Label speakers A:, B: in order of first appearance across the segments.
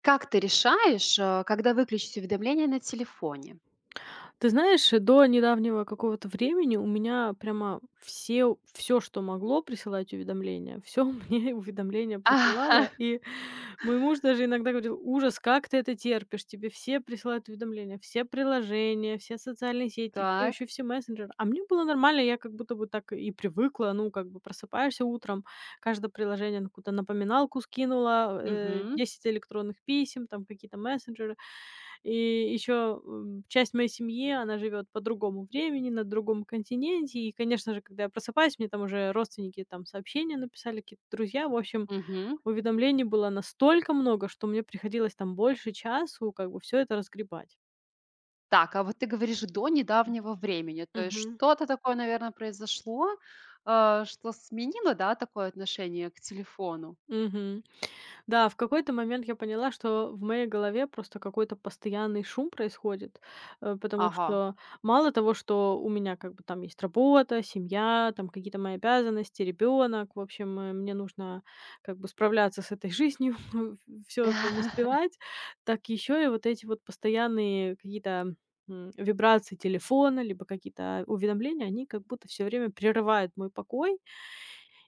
A: Как ты решаешь, когда выключить уведомления на телефоне?
B: Ты знаешь, до недавнего какого-то времени у меня прямо все, что могло присылать уведомления, все мне уведомления
A: Ага,
B: присылало. И мой муж даже иногда говорил: "Ужас, как ты это терпишь? Тебе все присылают уведомления, все приложения, все социальные сети, все
A: Так,
B: еще все мессенджеры". А мне было нормально, я как будто бы так и привыкла. Ну, как бы просыпаешься утром, каждое приложение на какую-то напоминалку скинуло,
A: мгм,
B: 10 электронных писем, там какие-то мессенджеры. И еще, часть моей семьи, она живет по другому времени, на другом континенте. И, конечно же, когда я просыпаюсь, мне там уже родственники там сообщения написали, какие-то друзья. В общем,
A: мгм.
B: уведомлений было настолько много, что мне приходилось там больше часу как бы все это разгребать.
A: Так, а вот ты говоришь до недавнего времени, то есть
B: Мгм.
A: что-то такое, наверное, произошло, что сменило, да, такое отношение к телефону?
B: Мгм. Да, в какой-то момент я поняла, что в моей голове просто какой-то постоянный шум происходит, потому
A: Ага.
B: что мало того, что у меня как бы там есть работа, семья, там какие-то мои обязанности, ребенок, в общем, мне нужно как бы справляться с этой жизнью, все там успевать, так еще и вот эти вот постоянные какие-то вибрации телефона, либо какие-то уведомления, они как будто все время прерывают мой покой,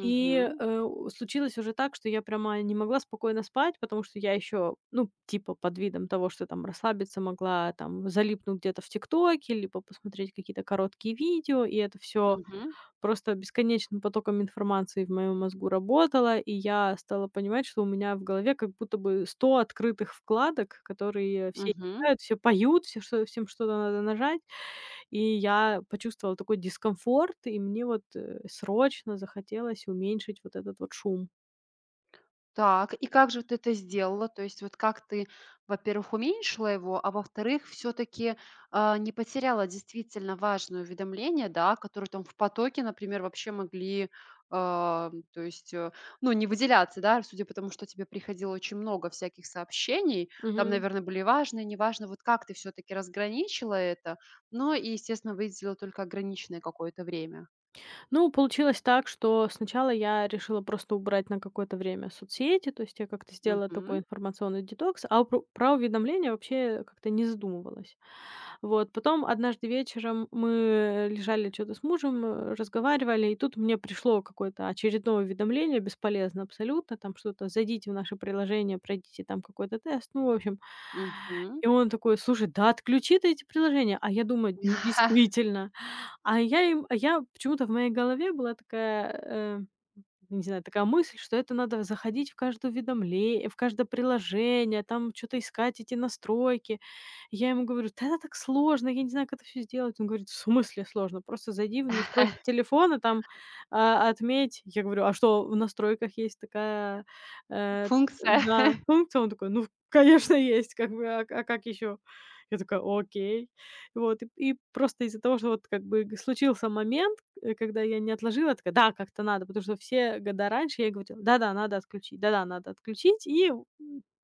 B: и,
A: Мгм,
B: э, у случилось уже так, что я прямо не могла спокойно спать, потому что я еще, ну, типа, под видом того, что там расслабиться могла, там залипнуть где-то в "Тиктоке", либо посмотреть какие-то короткие видео, и это все
A: мгм,
B: просто бесконечным потоком информации в моем мозгу работало, и я стала понимать, что у меня в голове как будто бы 100 открытых вкладок, которые все
A: мгм.
B: играют, все поют, все что всем что-то надо нажать. И я почувствовала такой дискомфорт, и мне вот, срочно захотелось уменьшить вот этот вот шум.
A: Так, и как же ты это сделала? То есть вот как ты, во-первых, уменьшила его, а во-вторых, все-таки не потеряла действительно важное уведомление, да, которые там в потоке, например, вообще могли, а, то есть, э, ну, не выделяться, да, судя по тому, что тебе приходило очень много всяких сообщений, там,
B: Мгм.
A: наверное, были важные, неважно, вот как ты все-таки разграничила это, ну, и, естественно, выделила только ограниченное какое-то время.
B: Ну, получилось так, что сначала я решила просто убрать на какое-то время соцсети, то есть я как-то сделала такой
A: Мгм.
B: информационный детокс, а про уведомления вообще как-то не задумывалась. Вот. Потом однажды вечером мы лежали что то с мужем, разговаривали, и тут мне пришло какое-то очередное уведомление, бесполезно абсолютно, там что-то: "Зайдите в наше приложение, пройдите там какой-то тест". Ну, в общем.
A: Мгм.
B: И он такой: "Слушай, да отключи ты эти приложения". А я думаю: ну, действительно. А я им а я почему-то в моей голове была такая, не знаю, такая мысль, что это надо заходить в каждое уведомление в каждое приложение, там что то искать эти настройки. Я ему говорю: "Да это так сложно, я не знаю, как это все сделать". Он говорит: "В смысле сложно? Просто зайди в настройки телефона, там, отметь". Я говорю: "А что, в настройках есть такая, э,
A: Функция.
B: да, функция?" Он такой: "Ну, конечно, есть, как бы, а как еще?" Я такая: "Окей". Вот, и просто из-за того, что вот как бы г случился момент, когда я не отложила, такая: "Да, как-то надо". Потому что все года раньше я говорила: "Да-да, надо отключить, да-да, надо отключить". И,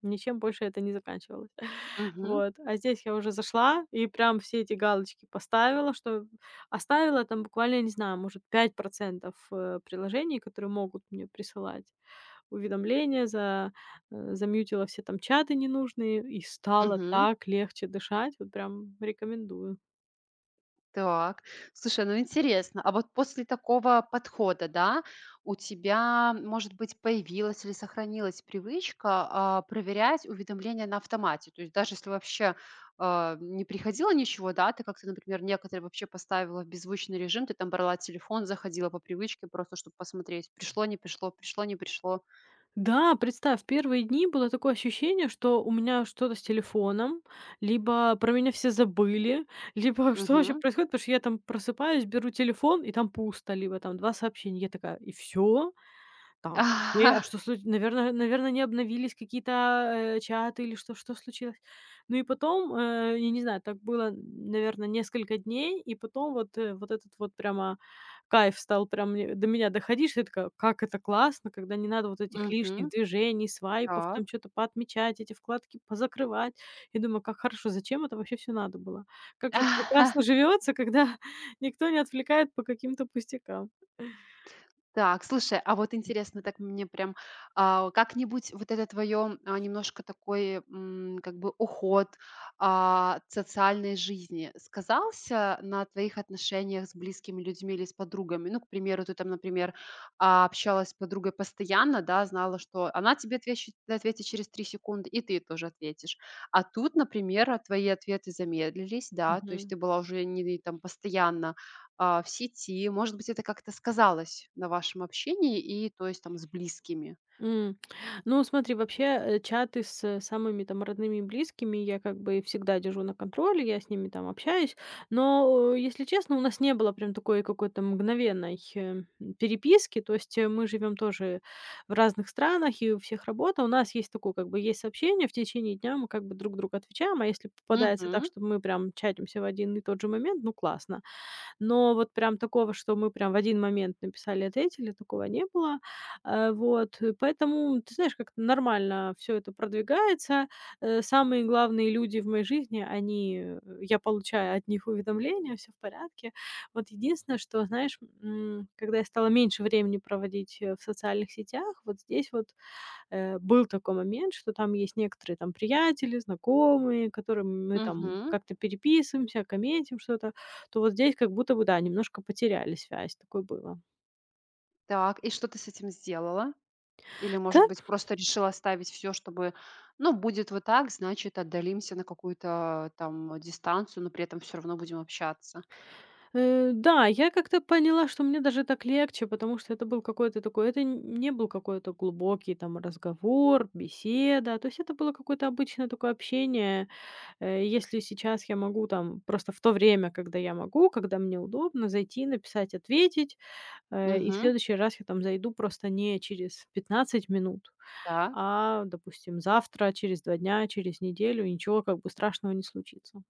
B: ничем больше это не заканчивалось.
A: Мгм.
B: Вот. А здесь я уже зашла и прям все эти галочки поставила, что оставила там буквально, я не знаю, может, 5 приложений, которые могут мне присылать уведомления, замьютила все там чаты ненужные, и стало
A: Мгм.
B: так легче дышать. Вот прям рекомендую.
A: Так, слушай, ну интересно, а вот после такого подхода, да, у тебя, может быть, появилась или сохранилась привычка проверять уведомления на автомате? То есть даже если вообще не приходило ничего, да, ты как-то, например, некоторые вообще поставила в беззвучный режим, ты там брала телефон, заходила по привычке просто, чтобы посмотреть, пришло, не пришло, пришло, не пришло.
B: Да, представь, первые дни было такое ощущение, что у меня что-то с телефоном, либо про меня все забыли, либо что вообще
A: Угу.
B: происходит, потому что я там просыпаюсь, беру телефон, и там пусто, либо там 2 сообщения. Я такая: "И все. Так, окей. А что случилось? Наверное, не обновились какие-то, чаты или что случилось? Ну и потом, я не знаю, так было, наверное, несколько дней, и потом вот, вот этот вот прямо кайф стал прям мне до меня доходить, что я такая: "Как это классно, когда не надо вот этих лишних
A: Мгм.
B: движений, свайпов,
A: Так.
B: там что то поотмечать, эти вкладки позакрывать". Я думаю: "Как хорошо, зачем это вообще все надо было? Как же прекрасно живется, когда никто не отвлекает по каким-то пустякам".
A: Так, слушай, а вот интересно, так мне прям как-нибудь вот это твое немножко такой, как бы уход от социальной жизни сказался на твоих отношениях с близкими людьми или с подругами? Ну, к примеру, ты там, например, общалась с подругой постоянно, да, знала, что она ответит через 3 секунды, и ты тоже ответишь. А тут, например, твои ответы замедлились, да, то есть
B: Мгм.
A: ты была уже не там постоянно в сети. Может быть, это как-то сказалось на вашем общении и, то есть, там, с близкими.
B: М. Ну, смотри, вообще, чаты с самыми там родными и близкими я как бы всегда держу на контроле, я с ними там общаюсь. Но, если честно, у нас не было прям такой какой-то мгновенной, переписки. То есть, мы живем тоже в разных странах, и у всех работа. У нас есть такое, как бы есть сообщение, в течение дня мы как бы друг другу отвечаем, а если попадается так,
A: Мгм,
B: что мы прям чатимся в один и тот же момент, ну, классно. Но вот прям такого, что мы прям в один момент написали и ответили, такого не было. Вот, поэтому, ты знаешь, как-то нормально все это продвигается. Самые главные люди в моей жизни, они, я получаю от них уведомления, все в порядке. Вот единственное, что, знаешь, когда я стала меньше времени проводить, в социальных сетях, вот здесь вот, был такой момент, что там есть некоторые там приятели, знакомые, которым мы там
A: мгм.
B: как-то переписываемся, комментим что-то, то вот здесь как будто бы, да, немножко потеряли связь, такое было.
A: Так, и что ты с этим сделала? Или,
B: Да?
A: может быть, просто решила оставить все, чтобы, ну, будет вот так, значит, отдалимся на какую-то там дистанцию, но при этом все равно будем общаться.
B: Да, я как-то поняла, что мне даже так легче, потому что это был какой-то такой, это не был какой-то глубокий там разговор, беседа, то есть это было какое-то обычное такое общение. Если сейчас я могу там просто в то время, когда я могу, когда мне удобно, зайти, написать, ответить, и в
A: Угу,
B: следующий раз я там зайду просто не через 15 минут,
A: да.
B: а, допустим, завтра, через 2 дня, через неделю, и ничего как бы страшного не случится.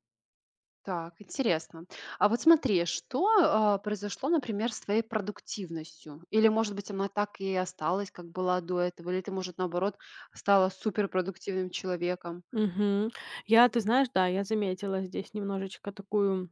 A: Так, интересно. А вот смотри, что, произошло, например, с твоей продуктивностью? Или, может быть, она так и осталась, как была до этого? Или ты, может, наоборот, стала суперпродуктивным человеком?
B: Мгм. Я, ты знаешь, да, я заметила здесь немножечко такую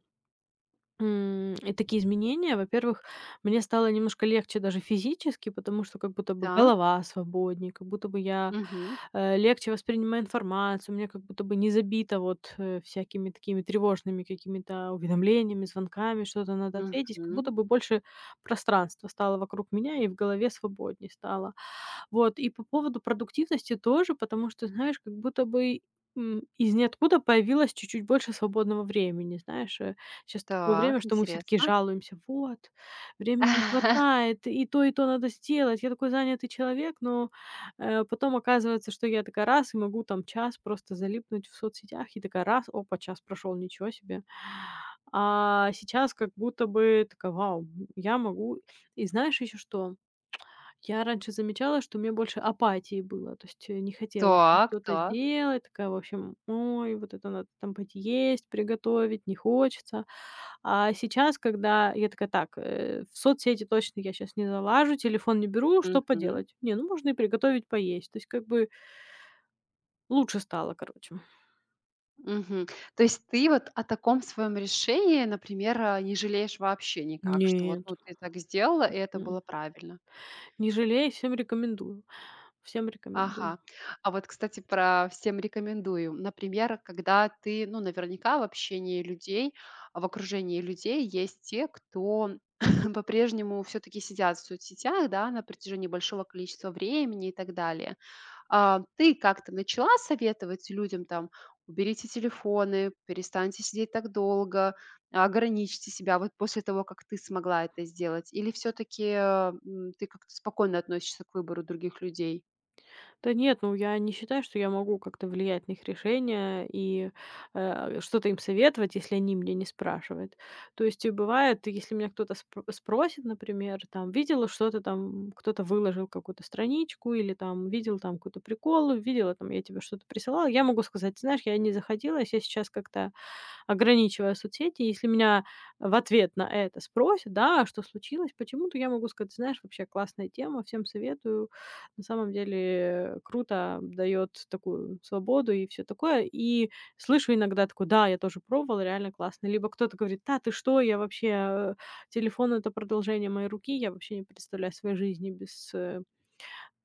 B: И такие изменения, во-первых, мне стало немножко легче даже физически, потому что как будто бы
A: Так,
B: голова свободнее, как будто бы я,
A: мгм,
B: легче воспринимаю информацию, у меня как будто бы не забито вот, всякими такими тревожными какими-то уведомлениями, звонками, что-то надо ответить, как
A: мгм.
B: будто бы больше пространства стало вокруг меня и в голове свободнее стало. Вот, и по поводу продуктивности тоже, потому что, знаешь, как будто бы, из ниоткуда появилось чуть-чуть больше свободного времени. Знаешь, сейчас такое время,
A: Так,
B: что мы все таки
A: интересно.
B: жалуемся: "Вот, времени не хватает, и то надо сделать". Я такой занятый человек, но, потом оказывается, что я такая раз и могу там час просто залипнуть в соцсетях, и такая раз, опа, час прошел, ничего себе. А сейчас как будто бы такая: "Вау, я могу". И знаешь еще что? Я раньше замечала, что у меня больше апатии было, то есть, не хотелось там
A: Так,
B: что-то
A: так.
B: делать, такая, в общем: "Ой, вот это надо там пойти есть, приготовить, не хочется". А сейчас, когда я такая: "Так, в соцсети точно я сейчас не залажу, телефон не беру, что
A: Мгм,
B: поделать? Не, ну можно и приготовить поесть". То есть как бы лучше стало, короче.
A: мгм. То есть ты вот о таком своем решении, например, не жалеешь вообще никак, что вот,
B: Нет,
A: ну, ты так сделала, и это
B: м,
A: было правильно?
B: не жалею, всем рекомендую, всем рекомендую.
A: Ага. А вот, кстати, про всем рекомендую. Например, когда ты, ну, наверняка в общении людей, а в окружении людей есть те, кто по-прежнему все-таки сидят в соцсетях, да, на протяжении большого количества времени и так далее. А ты как-то начала советовать людям там, уберите телефоны, перестаньте сидеть так долго, ограничьте себя вот после того, как ты смогла это сделать? Или все-таки ты как-то спокойно относишься к выбору других людей?
B: Да нет, ну я не считаю, что я могу как-то влиять на их решения и, что-то им советовать, если они меня не спрашивают. То есть, бывает, если меня кто-то спросит, например, там, видела что-то там, кто-то выложил какую-то страничку или там видел там какой-то прикол, видела там, я тебе что-то присылала, я могу сказать: "Знаешь, я не заходила, я сейчас как-то ограничивая соцсети. Если меня в ответ на это спросят, да: "А что случилось?" Почему-то я могу сказать: "Знаешь, вообще классная тема, всем советую. На самом деле круто, дает такую свободу и все такое". И слышу иногда такое: "Да, я тоже пробовал, реально классно". Либо кто-то говорит: "Да ты что, я вообще, телефон- это продолжение моей руки, я вообще не представляю своей жизни без, э,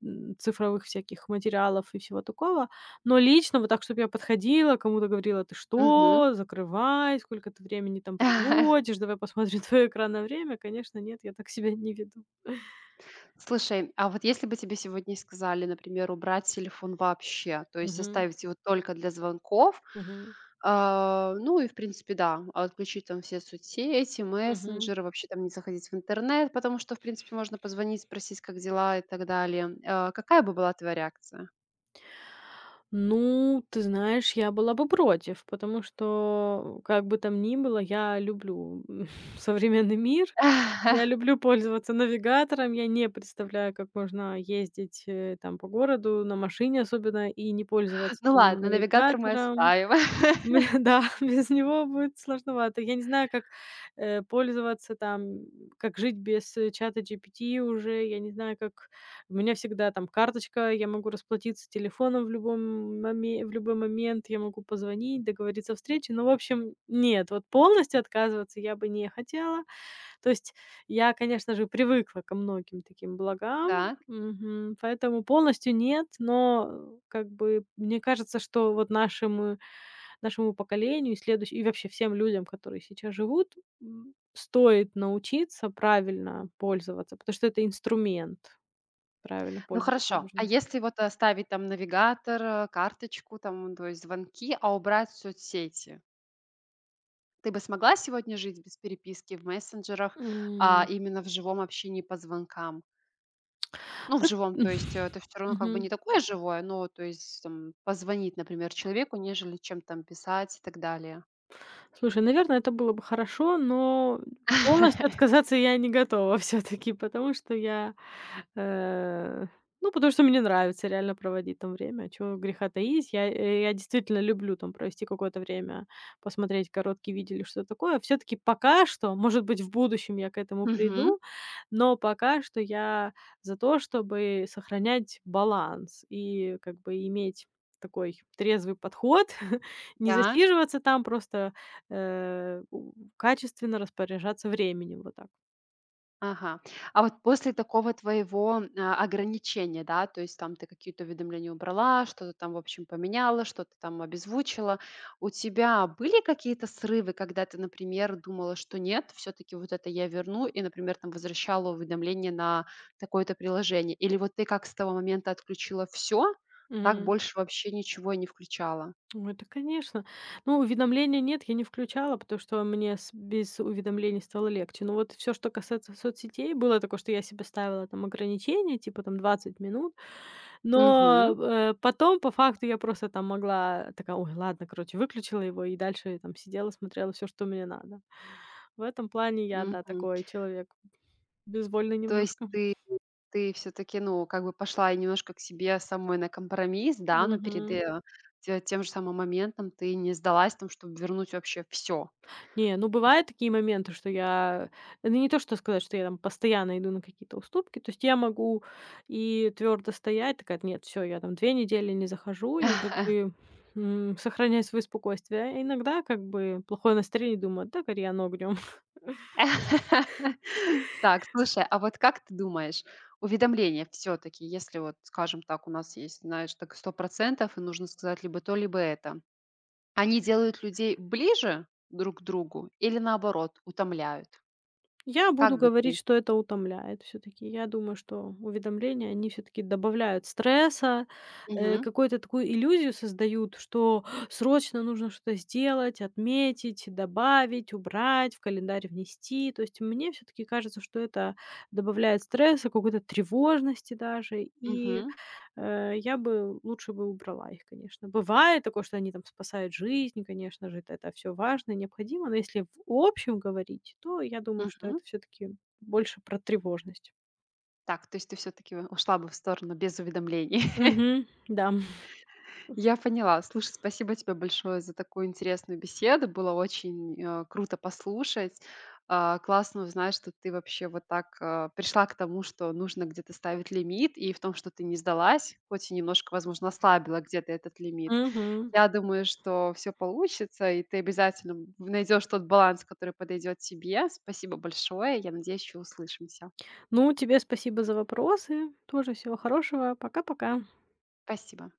B: м, цифровых всяких материалов и всего такого. Но лично вот так, чтобы я подходила, кому-то говорила: "Ты что? Закрывай, сколько ты времени там проводишь, давай посмотрим твое экранное время". Конечно, нет, я так себя не веду.
A: Слушай, а вот если бы тебе сегодня сказали, например, убрать телефон вообще, то есть
B: Мгм.
A: оставить его только для звонков,
B: Мгм.
A: ну и, в принципе, да, отключить там все соцсети,
B: Мгм.
A: мессенджеры, вообще там не заходить в интернет, потому что, в принципе, можно позвонить, спросить, как дела и так далее. Какая бы была твоя реакция?
B: Ну, ты знаешь, я была бы против, потому что, как бы там ни было, я люблю современный мир. Я люблю пользоваться навигатором. Я не представляю, как можно ездить, там по городу на машине особенно и не пользоваться
A: Ну
B: н
A: ладно, навигатор мы
B: навигатором.
A: оставим.
B: Да, без него будет сложновато. Я не знаю, как, пользоваться там, как жить без, чата GPT уже. Я не знаю, как у меня всегда там карточка, я могу расплатиться телефоном в любой момент, я могу позвонить, договориться о встрече. Ну, в общем, нет, вот полностью отказываться я бы не хотела. То есть я, конечно же, привыкла ко многим таким благам,
A: Так,
B: мгм, поэтому полностью нет, но, как бы, мне кажется, что вот нашему поколению и вообще всем людям, которые сейчас живут, стоит научиться правильно пользоваться, потому что это инструмент. Правильно
A: ну
B: пользоваться
A: хорошо. А
B: нужно.
A: если вот оставить там навигатор, карточку, там, то есть звонки, а убрать соцсети? Ты бы смогла сегодня жить без переписки в мессенджерах, а
B: М.
A: именно в живом общении по звонкам? Ну,
B: Т
A: в живом, то есть это все равно как бы не
B: Мгм.
A: такое живое, но то есть там, позвонить, например, человеку, нежели чем там писать и так далее.
B: Слушай, наверное, это было бы хорошо, но полностью отказаться я не готова все таки потому что я, э, ну, потому что мне нравится реально проводить там время. Чего греха таить. Я действительно люблю там провести какое-то время, посмотреть короткие видео или что-то такое. Все таки пока что, может быть, в будущем я к этому
A: Мгм.
B: приду. Но пока что я за то, чтобы сохранять баланс и как бы иметь такой трезвый подход, не
A: Да,
B: засиживаться там, просто, э, у качественно распоряжаться временем. Вот так.
A: ага. А вот после такого твоего, ограничения, да, то есть там ты какие-то уведомления убрала, что-то там, в общем, поменяла, что-то там обезвучила. У тебя были какие-то срывы, когда ты, например, думала, что нет, все-таки вот это я верну, и, например, там возвращала уведомление на такое-то приложение? Или вот ты как с того момента отключила все, так
B: Мгм.
A: больше вообще ничего и не включала?
B: Ну, это конечно. Ну, уведомления нет, я не включала, потому что мне с без уведомлений стало легче. Но вот все, что касается соцсетей, было такое, что я себе ставила там ограничения, типа там 20 минут. Но,
A: Угу.
B: потом по факту я просто там могла такая: "Ой, ладно", короче, выключила его и дальше там сидела, смотрела все, что мне надо. В этом плане я, да,
A: Мгм.
B: такой человек безвольный
A: То есть
B: немножко.
A: ты Ты все таки, ну, как бы пошла и немножко к себе самой на компромисс, да, но перед,
B: Мгм.
A: да, э, те тем же самым моментом ты не сдалась там, чтобы вернуть вообще все.
B: Не, ну бывают такие моменты, что я, ну не то что сказать, что я там постоянно иду на какие-то уступки, то есть я могу и твердо стоять, такая: "Нет, все, я там 2 недели не захожу", и как бы, сохранять свое спокойствие. А иногда как бы плохое настроение, думаю: "Да, гори оно огнем".
A: Так, слушай, а вот как ты думаешь, уведомления все таки, если вот, скажем так, у нас есть, знаешь, так 100%, и нужно сказать либо то, либо это, они делают людей ближе друг к другу или, наоборот, утомляют?
B: Я буду
A: Как бы
B: говорить,
A: ты
B: что это утомляет все таки. Я думаю, что уведомления, они все таки добавляют стресса,
A: Мгм,
B: какую-то такую иллюзию создают, что срочно нужно что-то сделать, отметить, добавить, убрать, в календарь внести. То есть мне все таки кажется, что это добавляет стресса, какой-то тревожности даже. И
A: мгм,
B: Я бы лучше бы убрала их, конечно. Бывает такое, что они там спасают жизнь, конечно же, это все важно и необходимо, но если в общем говорить, то я думаю, что
A: мгм.
B: это все таки больше про тревожность.
A: Так, то есть ты все таки ушла бы в сторону без уведомлений.
B: Мгм. Да.
A: Я поняла. Слушай, спасибо тебе большое за такую интересную беседу. Было очень, круто послушать. Классно узнать, что ты вообще вот так, пришла к тому, что нужно где-то ставить лимит, и в том, что ты не сдалась, хоть и немножко, возможно, ослабила где-то этот лимит.
B: Мгм.
A: Я думаю, что все получится, и ты обязательно найдешь тот баланс, который подойдет тебе. Спасибо большое. Я надеюсь, еще услышимся.
B: Ну, тебе спасибо за вопросы. Тоже всего хорошего. Пока-пока.
A: Спасибо.